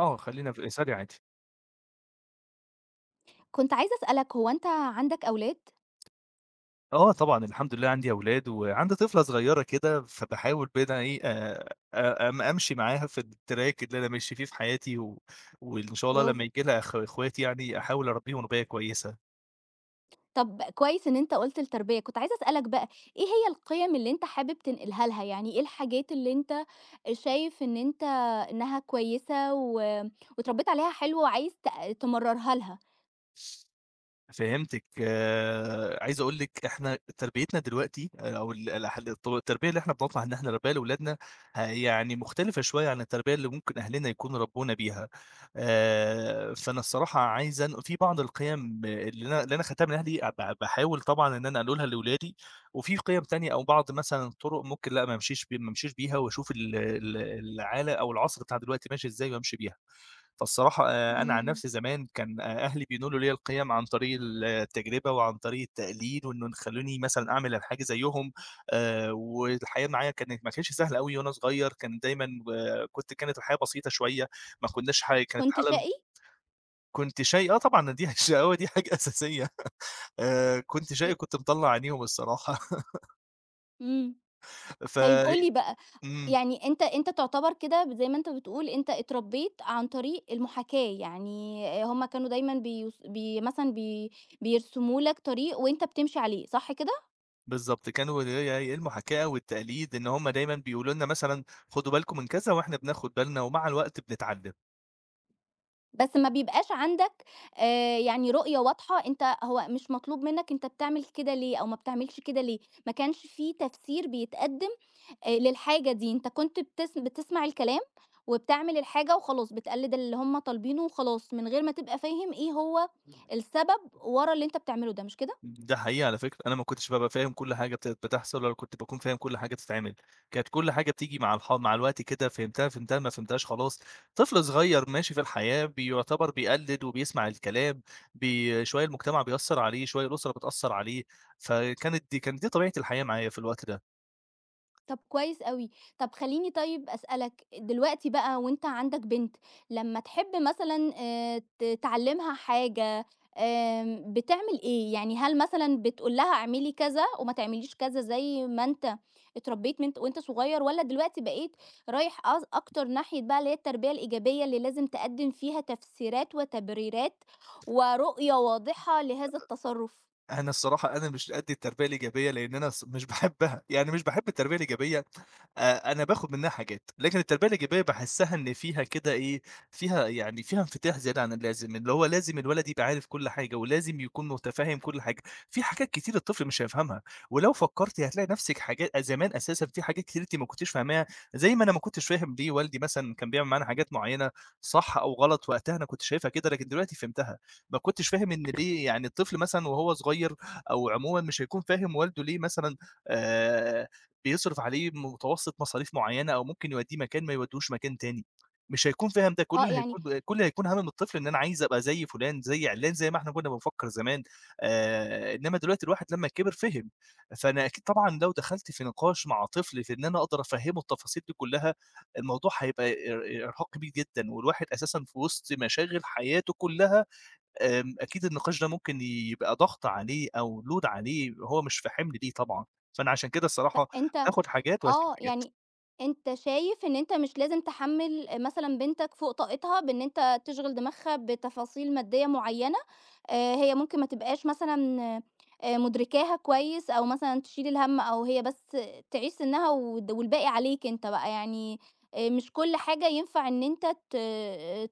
آه، خلّينا في الإيصالي عادي. كنت عايزة أسألك هو أنت عندك أولاد؟ آه طبعًا الحمد لله عندي أولاد، وعندي طفلة صغيّرة كده، فباحاول بين إيه، أ أم أمشي معاها في الtrack اللي أنا ماشي فيه في حياتي، و وإن شاء الله برافو. لمّا ييجي لها أخ إخوات يعني أحاول أربيهم رباية كويسة. طب كويس إن أنت قُلت التربية، كنت عايزة أسألك بقى إيه هي القيم اللي أنت حابب تنقلها لها، يعني إيه الحاجات اللي أنت شايف إن أنت إنها كويسة واتربيت عليها حلو وعايز تمرّرها لها؟ فهمتِك. عايز أقول لِك إحنا تربيتنا دلوقتي آه، أو ال الح الط التربية اللي إحنا بنطمح إن إحنا نربّيها لأولادنا يعني مختلفة شوية عن التربية اللي ممكن أهلنا يكونوا ربّونا بيها. فأنا الصراحة عايز أن في بعض القيم اللي أنا خدتها من أهلي باحاول طبعًا إن أنا أنقلها لولادي، وفي قيم تانية أو بعض مثلًا الطُرُق ممكن لأ ما امشيش بيها واشوف ال ال العالَ أو العصر بتاع دلوقتي ماشي إزاي وامشي بيها. فالصراحة أنا عن إمم، نفسي زمان كان أ أهلي بينولوا ليّا القيم عن طريق التجربة وعن طريق التقليد، وإنه يخلّوني مثلًا أعمل الحاجة زيّهم. والحياة معايا كانت ما كانتش سهلة أوي وأنا صغير، كان دايمًا ب كنت كانت الحياة بسيطة شوية، ما كناش حي كانت كنت الحالة. شقي؟ كنت شقي آه طبعًا دي الشقاوة دي حاجة أساسية. كنت إ شقي كنت مطلّع عينيهم الصراحة إمم، ف طيب قُل لي بقى، إمم، يعني أنت تعتبر كده زي ما أنت بتقول أنت اتربيت عن طريق المحاكاة، يعني هم كانوا دايمًا بيوص بي مثلًا بي بيرسموا لك طريق وأنت بتمشي عليه، صح كده؟ بالضبط كانوا اللي هي إيه المحاكاة والتقليد، إن هُم دايمًا بيقولوا لنا مثلًا خدوا بالكم من كذا وإحنا بناخد بالنا، ومع الوقت بنتعلم. بس ما بيبقاش عندك يعني رؤية واضحة، أنت هو مش مطلوب منك أنت بتعمل كده ليه أو ما بتعملش كده ليه، ما كانش في تفسير بيتقدم للحاجة دي. أنت كنت بتسمع الكلام وبتعمل الحاجة وخلاص، بتقلِّد اللي هم طالبينه وخلاص، من غير ما تبقى فاهم إيه هو السبب ورا اللي أنت بتعمله ده، مش كده؟ ده حقيقي على فكرة، أنا ما كنتش بابقى فاهم كل حاجة بتحصل ولا كنت باكون فاهم كل حاجة بتتعمل، كانت كل حاجة بتيجي مع الوقت كده فهمتها، فهمتها، ما فهمتهاش خلاص. طفل صغير ماشي في الحياة بيعتبر بيقلد وبيسمع الكلام، شوية المجتمع بيأثّر عليه، شوية الأسرة بتأثّر عليه، فكانت دي طبيعة الحياة معايا في الوقت ده. طب كويس أوي. طب خلّيني طيب أسألك، دلوقتي بقى وأنت عندك بنت، لمّا تحب مثلًا ت تعلّمها حاجة، بتعمل إيه؟ يعني هل مثلًا بتقول لها اعملي كذا وما تعمليش كذا زي ما أنت اتربّيت من وأنت صغير، والّا دلوقتي بقيت رايح أكتر ناحية بقى اللي هي التربية الإيجابية اللي لازم تقدّم فيها تفسيرات وتبريرات ورؤية واضحة لهذا التصرُّف؟ أنا الصراحة مش قد التربية الإيجابية، لإن أنا الص مش باحبها، يعني مش باحب التربية الإيجابية، أنا باخد منها حاجات، لكن التربية الإيجابية باحسّها إن فيها كده إيه، فيها يعني فيها انفتاح زيادة عن اللازم، اللي هو لازم الولد يبقى عارف كل حاجة، ولازم يكون متفهّم كل حاجة، في حاجات كتير الطفل مش هيفهمها، ولو فكّرتِ هتلاقي نَفْسِك حاجات زمان أساسًا في حاجات كتير أنتِ ما كنتيش فاهماها، زي ما أنا ما كنتش فاهم ليه والدي مثلًا كان بيعمل معانا حاجات معيّنة صح أو غلط وقتها أنا كنت شايفها كده، لكن دلوقتي فهمتها. ما كنتش فاهم إن ليه يعني الطفل مثلًا وهو صغير أو عمومًا مش هيكون فاهم والده ليه مثلًا آآ بيصرف عليه متوسط مصاريف معيّنة أو ممكن يوديه مكان ما يوديهوش مكان تاني، مش هيكون فاهم ده كل آه، اللي يعني هيكون كل اللي هيكون هَم الطفل إن أنا عايز أبقى زي فلان، زي عِلّان، زي ما إحنا كنا بنفكّر زمان. إنما دلوقتي الواحد لمّا كبر فِهم، فأنا أكيد طبعًا لو دخلت في نقاش مع طفل في إن أنا أقدر أفهّمه التفاصيل دي كلّها، الموضوع هيبقى إرهاق كبير جدًا والواحد أساسًا في وسط مشاغل حياته كلّها. آمم، أكيد النقاش ده ممكن يبقى ضغط عليه أو load عليه هو مش في حِمل ليه طبعًا، فأنا عشان كده الصراحة فأنت. هاخد حاجات وهاسيب آه، حاجات. يعني أنت شايف إن أنت مش لازم تحمّل مثلًا بنتك فوق طاقتها بإن أنت تشغِل دماغها بتفاصيل مادية معيّنة، هي ممكن ما تبقاش مثلًا مُدركاها كويس، أو مثلًا تشيل الهَم، أو هي بس تعيش سِنّها والد والباقي عليك أنت بقى، يعني مش كل حاجة ينفع إن أنت ت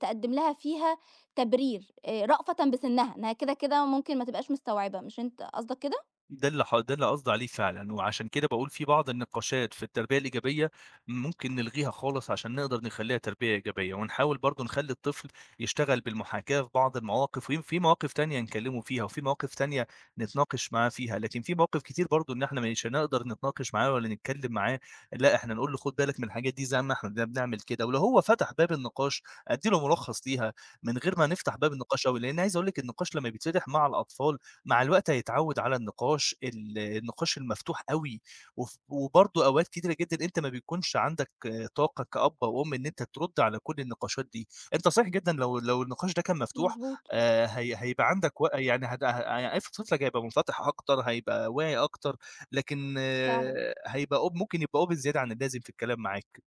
تقدّم لها فيها تبرير، رأفةً بسِنّها، إنها كده، كده ممكن ما تبقاش مستوعبة، مش أنت قصدك كده؟ ده اللي قصدي عليه فعلًا، وعشان كده باقول في بعض النقاشات في التربية الإيجابية ممكن نلغيها خالص عشان نقدر نخلّيها تربية إيجابية، ونحاول برضه نخلّي الطفل يشتغل بالمحاكاة في بعض المواقف، في مواقف تانية نكلّمه فيها، وفي مواقف تانية نتناقش معاه فيها، لكن في مواقف كتير برضه إن إحنا مش هنقدر نتناقش معاه ولا نتكلّم معاه، لأ إحنا نقول له خُد بالك من الحاجات دي زي ما إحنا ده بنعمل كده، ولو هو فتح باب النقاش أدّي له ملخص ليها من غير ما نفتح باب النقاش أوي، لإن عايز أقول لِك النقاش لمّا بيتفتح مع الأطفال مع الوقت هيتعوّد على النقاش المفتوح أوي، وبرضه أوقات كتيرة جدًا أنت ما بيكونش عندك آه، طاقة كأب أو أم إن أنت ترُد على كل النقاشات دي، أنت صحيح جدًا لو النقاش ده كان مفتوح. مضبوط. هي هيبقى عندك و يعني هت ه يعني طفلك هيبقى منفتح أكتر، هيبقى واعي أكتر، لكن فعلًا. آه، هيبقى أوب ممكن يبقى open زيادة عن اللازم في الكلام معاك.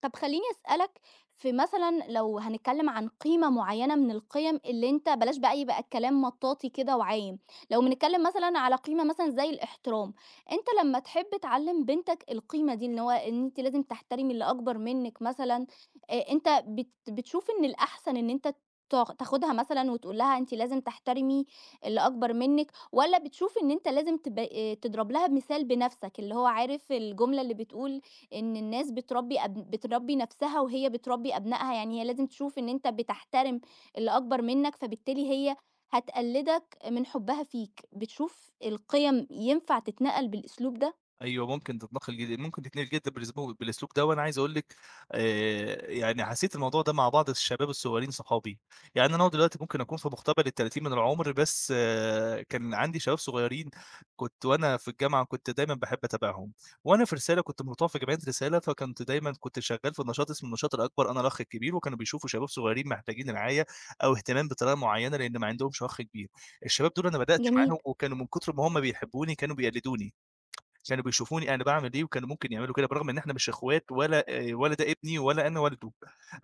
طب خلّيني أسألك، في مثلًا لو هنتكلم عن قيمة معيّنة من القيم اللي أنت، بلاش بقى يبقى الكلام مطاطي كده وعام، لو بنتكلم مثلًا على قيمة مثلًا زي الاحترام، أنت لمّا تحب تعلّم بنتك القيمة دي إن هو إن أنتِ لازم تحترمي اللي أكبر منِّك مثلًا، أنت بتشوف إن الأحسن إن أنت تاخدها مثلًا وتقول لها أنتِ لازم تحترمي اللي أكبر منِّك، والّا بتشوف إن أنت لازم تب تضرب لها مثال بنَفْسك، اللي هو عارف الجملة اللي بتقول إن الناس بتربّي نَفْسها وهي بتربّي أبنائها، يعني هي لازم تشوف إن أنت بتحترم اللي أكبر منّك، فبالتالي هي هتقلّدك من حُبّها فيك، بتشوف القِيَم ينفع تتنقل بالأسلوب ده؟ أيوه، ممكن تتنقل جدًا بالأسلوب ده، وأنا عايز أقول لِك يعني حسيت الموضوع ده مع بعض الشباب الصغيرين صحابي، يعني أنا هو دلوقتي ممكن أكون في مقتبل ال30 من العمر، بس كان عندي شباب صغيرين كنت وأنا في الجامعة كنت دايمًا باحب أتابعهم، وأنا في رسالة كنت مرتبط في جمعية رسالة، فكنت دايمًا كنت شغال في نشاط اسمه النشاط الأكبر، أنا الأخ الكبير، وكانوا بيشوفوا شباب صغيرين محتاجين رعاية أو اهتمام بطريقة معينة، لأن ما عندهمش أخ كبير، الشباب دول أنا بدأت جميل. معاهم وكانوا من كتر ما هم بيحبوني كانوا بيقلدوني. كانوا بيشوفوني أنا باعمل إيه، وكانوا ممكن يعملوا كده برغم إن إحنا مش إخوات ولا ده ابني ولا أنا والده.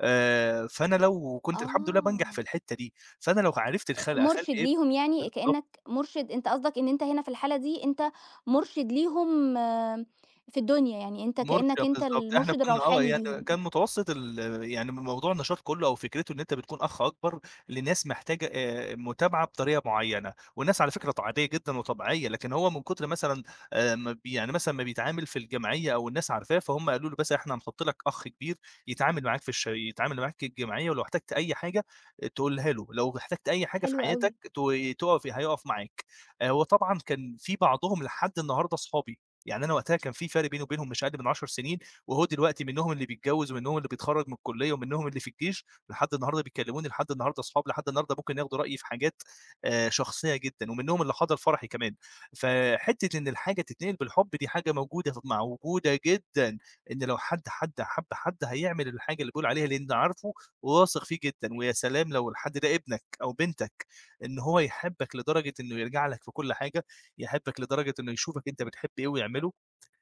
فأنا لو كنت الحمد لله بانجح في آه. الحتّة دي، فأنا لو عرفت أخلّي مُرشِد ابني ليهم، يعني بالضبط. كإنّك مُرشِد، أنت قصدك إن أنت هنا في الحالة دي أنت مُرشِد ليهم، آه، في الدنيا، يعني أنت كإنّك أنت بالضبط، إحنا المُرشِد كنا آه، الروحاني يعني ليهم. كان متوسط ال يعني موضوع النشاط كُلّه أو فكرته إن أنت بتكون أخ أكبر لناس محتاجة متابعة بطريقة معيّنة، والناس على فكرة عادية جدًا وطبيعية، لكن هو من كتر مثلًا ما بي يعني مثلًا ما بيتعامل في الجمعية أو الناس عارفاه، فهُم قالوا له بس إحنا هنحُط لك أخ كبير يتعامل معاك في الجمعية ولو احتجت أي حاجة تقولها له، لو احتجت أي حاجة في حلو أوي. حياتك ت تُقف هيُقف معاك. وطبعًا كان في بعضهم لحد النهارده صحابي. يعني أنا وقتها كان في فرق بيني وبينهم مش أقل من 10 سنين، وهو دلوقتي منهم اللي بيتجوّز ومنهم اللي بيتخرّج من الكلية ومنهم اللي في الجيش، لحد النهارده بيكلموني، لحد النهارده أصحاب، لحد النهارده ممكن ياخدوا رأيي في حاجات شخصية جدًا، ومنهم اللي حضر فرحي كمان. فحتّة إن الحاجة تتنقل بالحب دي حاجة موجودة جدًا، إن لو حد حب حد هيعمل الحاجة اللي بيقول عليها لإن عارفه وواثق فيه جدًا، ويا سلام لو الحد ده ابنك أو بنتك، إن هو يحبك لدرجة إنه يرجع لك في كل حاجة. يحبك لدرجة إنه يشوفك أنت بتحب إيه ويعمله،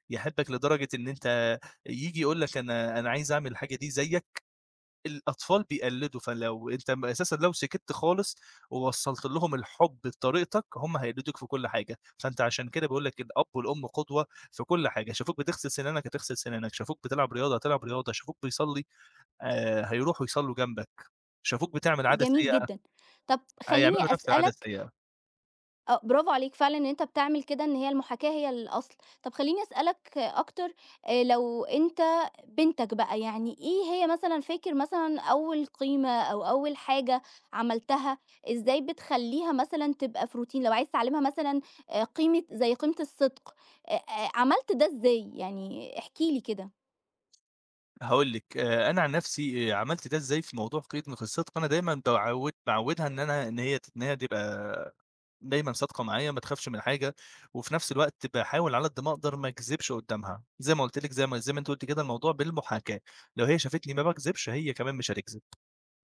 يحبك لدرجة إن أنت ييجي يقول لك أنا عايز أعمل الحاجة دي زيّك، الأطفال بيقلّدوا، فلو أنت م أساسًا لو سكت خالص ووصّلت لهم الحُب بطريقتك، هم هيقلدوك في كل حاجة، فأنت عشان كده باقول لك الأب والأم قدوة في كل حاجة، شافوك بتغسل سنانك هتغسل سنانك، شافوك بتلعب رياضة هتلعب رياضة، شافوك بيصلّي هيروحوا يصلّوا جنبك، شافوك بتعمل عادة جميل سيئة جدًا. طَب خلّيني هيعملوا نفس العادة أسألك. السيئة. آه، برافو عليك فعلًا إن أنت بتعمل كده، إن هي المحاكاة هي الأصل. طب خلّيني أسألك أكتر، لو أنت بنتك بقى، يعني إيه هي مثلًا، فاكر مثلًا أول قيمة أو أول حاجة عملتها، إزاي بتخلّيها مثلًا تبقى في روتين؟ لو عايز تعلّمها مثلًا قيمة زي قيمة الصدق، آآ عملت ده إزاي؟ يعني احكِ لي كده. هاقول لِك، أنا عن نفسي عملت ده إزاي في موضوع قيد من الصدق، أنا دايمًا باعوّدها إن أنا إن هي تبقى دايمًا صادقة معايا، ما تخافش من حاجة، وفي نفس الوقت باحاول على قد ما أقدر ما أكذبش قدّامها، زي ما قُلت لِك زي ما أنتِ قُلتِ كده الموضوع بالمحاكاة، لو هي شافتني ما باكذبش هي كمان مش هتكذب.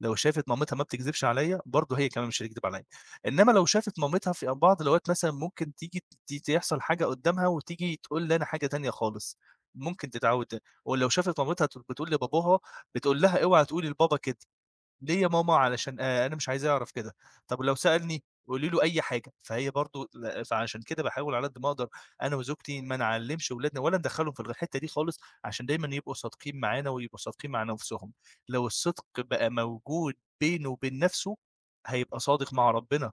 لو شافت مامتها ما بتكذبش عليَّ، برضه هي كمان مش هتكدب عليَّ، إنما لو شافت مامتها في بعض الأوقات مثلًا ممكن تيجي ت تحصل حاجة قدّامها وتيجي تقول لي أنا حاجة تانية خالص، ممكن تتعود ولو شافت مامتها ت بتقول لباباها، بتقول لها اوعى تقولي لبابا كده. ليه يا ماما علشان أنا مش عايزاه يعرف كده، طب ولو سألني قولي له أي حاجة، فهي برضه ل فعشان كده باحاول على قد ما أقدر أنا وزوجتي ما نعلّمش ولادنا ولا ندخّلهم في الحتّة دي خالص، عشان دايمًا يبقوا صادقين معانا ويبقوا صادقين مع نَفْسهم، لو الصدق بقى موجود بينه وبين نَفْسه، هيبقى صادق مع ربنا،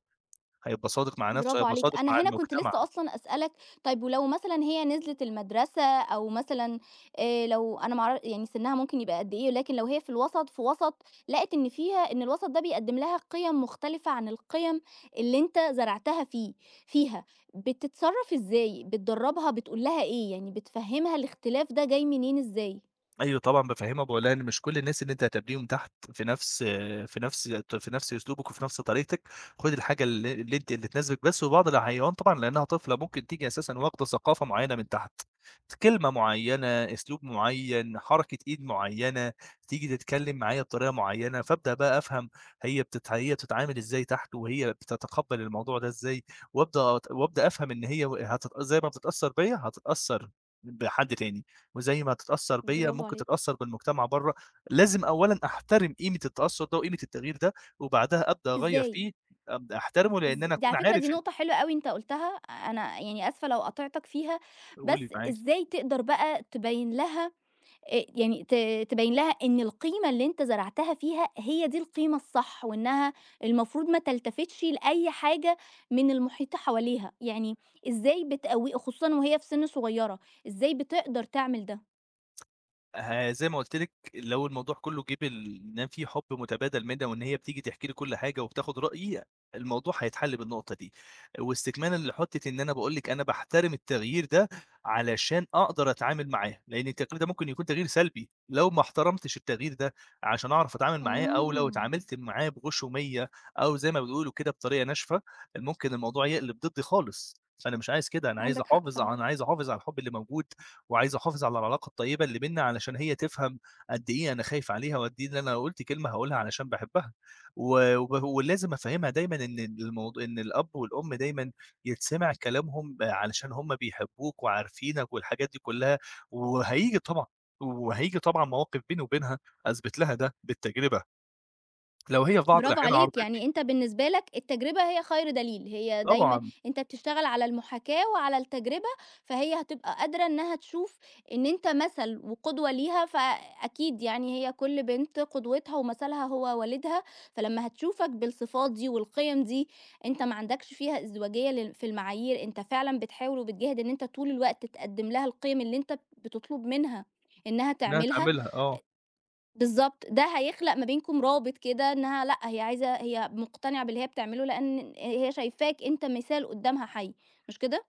هيبقى صادق مع نَفْسه، برافو هيبقى عليك، صادق أنا مع هنا كنت المجتمع. لسه أصلًا أسألك، طيب ولو مثلًا هي نزلت المدرسة أو مثلًا، لو أنا ما أعر، يعني سنها ممكن يبقى قد إيه، ولكن لو هي في الوسط، في وسط لقت إن فيها إن الوسط ده بيقدّم لها قِيَم مختلفة عن القِيَم اللي أنت زرعتها فيها، بتتصرّف إزاي؟ بتدرّبها؟ بتقول لها إيه؟ يعني بتفهّمها الاختلاف ده جاي منين إزاي؟ أيوه طبعًا بافهّمها وباقول لها إن مش كل الناس اللي أنتِ هتقابليهم تحت في نفس في نفس أسلوبِك وفي نفس طريقتِك، خدي الحاجة ال اللي أنتِ اللي تناسبِك بس، وبعض الأحيان طبعًا لأنها طفلة ممكن تيجي أساسًا واخدة ثقافة معيّنة من تحت، كلمة معيّنة، أسلوب معيّن، حركة إيد معيّنة، تيجي تتكلم معايا بطريقة معيّنة، فابدأ بقى أفهم هي بتتعامل إزاي تحت، وهي بتتقبّل الموضوع ده إزاي، وابدأ وابدأ أفهم إن هي هتت زي ما بتتأثّر بيّا هتتأثّر بحد تاني. وزي ما هتتأثّر بيّا برافو ممكن عليك. تتأثّر بالمجتمع برّه، لازم أولًا أحترم قيمة التأثّر ده وقيمة التغيير ده، وبعدها أبدأ أغيّر إزاي؟ فيه، أبدأ أحترمه لإن أنا دي أكون على فكرة عارف دي إن نقطة حلوة أوي أنت قُلتها، أنا يعني آسفة لو قاطعتك فيها، قولي بس معاكِ. إزاي تقدر بقى تبيّن لها، يعني ت تبيّن لها إن القيمة اللي أنت زرعتها فيها هي دي القيمة الصح، وإنها المفروض ما تلتفتش لأي حاجة من المحيط حواليها، يعني إزاي بتقوّي خصوصًا وهي في سِن صغيرة، إزاي بتقدر تعمل ده؟ زي ما قُلت لِك، لو الموضوع كُلّه جِه إن في حُب متبادل منها وإن هي بتيجي تحكي لي كل حاجة وبتاخد رأيي، الموضوع هيتحل بالنقطة دي. واستكمالًا لحتّة إن أنا باقول لِك أنا باحترم التغيير ده علشان أقدر أتعامل معاه، لإن التغيير ده ممكن يكون تغيير سلبي، لو ما احترمتش التغيير ده عشان أعرف أتعامل معاه أو لو آه، اتعاملت معاه بغشومية أو زي ما بيقولوا كده بطريقة ناشفة، ممكن الموضوع يقلب ضدّي خالص، فأنا مش عايز كده، أنا عايز عندك حق أحافظ فعلًا. أنا عايز أحافظ على الحُب اللي موجود وعايز أحافظ على العلاقة الطيبة اللي بيننا علشان هي تفهم قد إيه أنا خايف عليها وقد إيه إن أنا لو قُلت كلمة هاقولها علشان باحبها، و وب ولازم أفهّمها دايمًا إن الموضوع إن الأب والأم دايمًا يتسمع كلامهم علشان هم بيحبوك وعارفينك والحاجات دي كلّها، وهييجي طبعًا وهييجي طبعًا مواقف بيني وبينها أثبت لها ده بالتجربة، لو هي في بعض برافو الأحيان عليك، عارضتني يعني أنت بالنسبة لك التجربة هي خير دليل، هي دايمًا طبعًا أنت بتشتغل على المحاكاة وعلى التجربة، فهي هتبقى قادرة إنها تشوف إن أنت مثل وقدوة ليها، فأكيد يعني هي كل بنت قدوتها ومثلها هو والدها، فلمّا هتشوفك بالصفات دي والقيم دي، أنت ما عندكش فيها ازدواجية في المعايير، أنت فعلًا بتحاول وبتجاهد إن أنت طول الوقت تقدّم لها القيم اللي أنت بتطلب منها إنها إنها تعملها. تعملها، آه. بالضبط، ده هيخلق ما بينكم رابط كده، إنها لأ، هي عايزة، هي مقتنعة باللي هي بتعمله لأن هي شايفاك أنت مثال قدّامها حَي، مش كده؟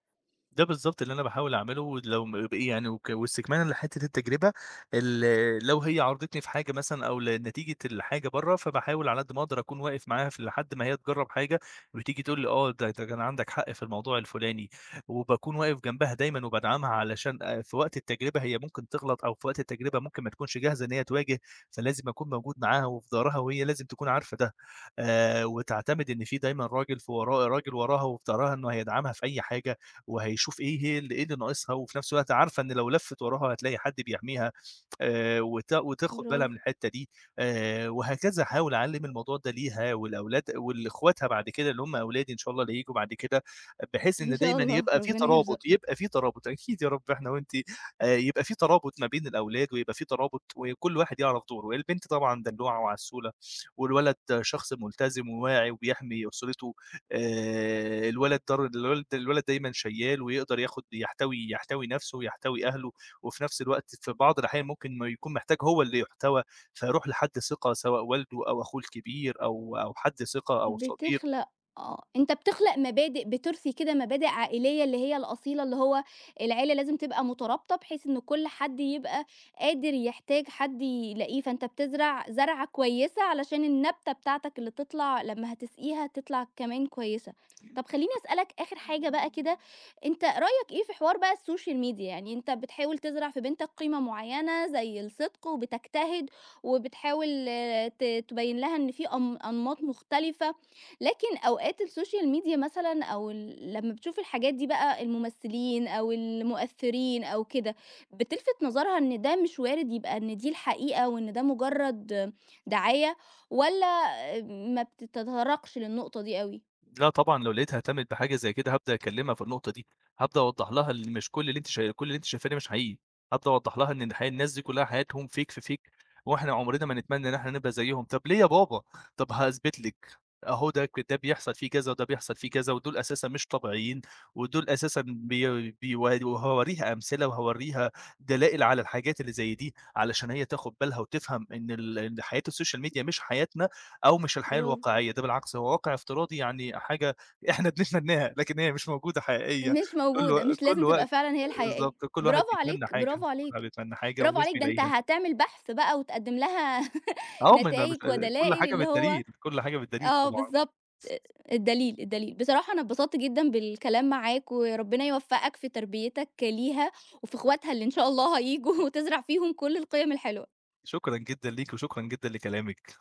ده بالضبط اللي أنا باحاول أعمله، ولو م ب يعني وك واستكمالًا لحتّة التجربة، لو هي عارضتني في حاجة مثلًا أو ل نتيجة الحاجة برّه، فباحاول على قد ما أقدر أكون واقف معاها لحد ما هي تجرّب حاجة وتيجي تقول لي آه، ده كان عندك حق في الموضوع الفلاني، وباكون واقف جنبها دايمًا وبادعمها علشان في وقت التجربة هي ممكن تغلط أو في وقت التجربة ممكن ما تكونش جاهزة إن هي تواجه، فلازم أكون موجود معاها وفي ضهرها وهي لازم تكون عارفة ده، وتعتمد إن في دايمًا راجل وراها وفي ضهرها إنه هيدعمها في أي حاجة. وهيشوف إيه هي ال إيه اللي ناقصها، وفي نفس الوقت عارفة إن لو لفِّت وراها هتلاقي حد بيحميها وت وتاخد بالها برافو. من الحتّة دي وهكذا. أحاول أعلِّم الموضوع ده ليها ولأولاد ولإخواتها بعد كده اللي هم أولادي إن شاء الله اللي هييجوا بعد كده، بحيث إن إن شاء دايمًا الله، يبقى في ربنا ترابط، يرزقك. يبقى في ترابط أكيد يا رب إحنا وأنتِ. يبقى في ترابط ما بين الأولاد ويبقى في ترابط وكل واحد يعرف دوره. البنت طبعًا دلّوعة وعسولة والولد شخص ملتزم وواعي وبيحمي أسرته. الولد در الولد الولد دايمًا شيّال ويقدر ياخُد يحتوي يحتوي نَفْسه ويحتوي أهله، وفي نَفْس الوقت في بعض الأحيان ممكن ما يكون محتاج هو اللي يُحتوى، فيروح لحد ثقة سواء والده أو أخوه الكبير أو حد ثقة أو صديق. بتخلق، آه، أنت بتخلق مبادئ، بتُرثي كده مبادئ عائلية اللي هي الأصيلة، اللي هو العيلة لازم تبقى مترابطة، بحيث إن كل حد يبقى قادر يحتاج حد يلاقيه، فأنت بتزرع زرعة كويسة علشان النبتة بتاعتك اللي تطلع لمّا هتسقيها تطلع كمان كويسة. طب خلّيني أسألك آخر حاجة بقى كده، أنت رأيك إيه في حوار بقى السوشيال ميديا؟ يعني أنت بتحاول تزرع في بنتك قيمة معينة زي الصدق وبتجتهد وبتحاول، آه، تبيّن لها إن في أنماط مختلفة، لكن أوقات السوشيال ميديا مثلًا أو ال لمّا بتشوف الحاجات دي بقى، الممثلين أو المؤثرين أو كده، بتلفت نظرها إن ده مش وارد يبقى إن دي الحقيقة وإن ده مجرد دعاية، والّا ما بتتطرقش للنقطة دي أوي؟ لأ طبعًا، لو لقيتها اهتمِّت بحاجة زي كده هابدأ أكلّمها في النقطة دي، هابدأ أوضّح لها إن مش كل اللي أنتِ شاي كل اللي أنتِ شايفاه ده مش حقيقي، هابدأ أوضّح لها إن الناس دي كلّها حياتهم fake في fake وإحنا عمرنا ما نتمنى إن إحنا نبقى زيّهم، طَب ليه يا بابا؟ طَب هاثبت لِك، أهو ده بيحصل فيه كذا وده بيحصل فيه كذا ودول أساسًا مش طبيعيين ودول أساسًا بيوري وهاورّيها أمثلة وهاورّيها دلائل على الحاجات اللي زي دي، علشان هي تاخُد بالها وتفهم إن حياة السوشيال ميديا مش حياتنا. أو مش الحياة برافو. الواقعية، ده بالعكس هو واقع افتراضي يعني حاجة إحنا بنتمناها، لكن هي مش موجودة حقيقية. مش موجودة، مش كل لازم تبقى وقت فعلًا هي الحقيقية. بالضبط، كل واحد برافو بيتمنى عليك، حاجة، برافو كل واحد عليك، بيتمنى حاجة برافو ومش عليك، ده أنت بيلاقيها. هتعمل بحث بقى وتقدم لها آه، ما أنا مش نتايج كل ودلائل حاجة اللي هو، بالدليل، كل حاجة بالدليل آه طبعًا. بالضبط، الدليل، الدليل. بصراحة أنا اتبسطت جدًا بالكلام معاك، وربنا يوفقك في تربيتك ليها وفي اخواتها اللي إن شاء الله هييجوا وتزرع فيهم كل القيم الحلوة. شكرًا جدًا ليكِ وشكرًا جدًا لكلامِك.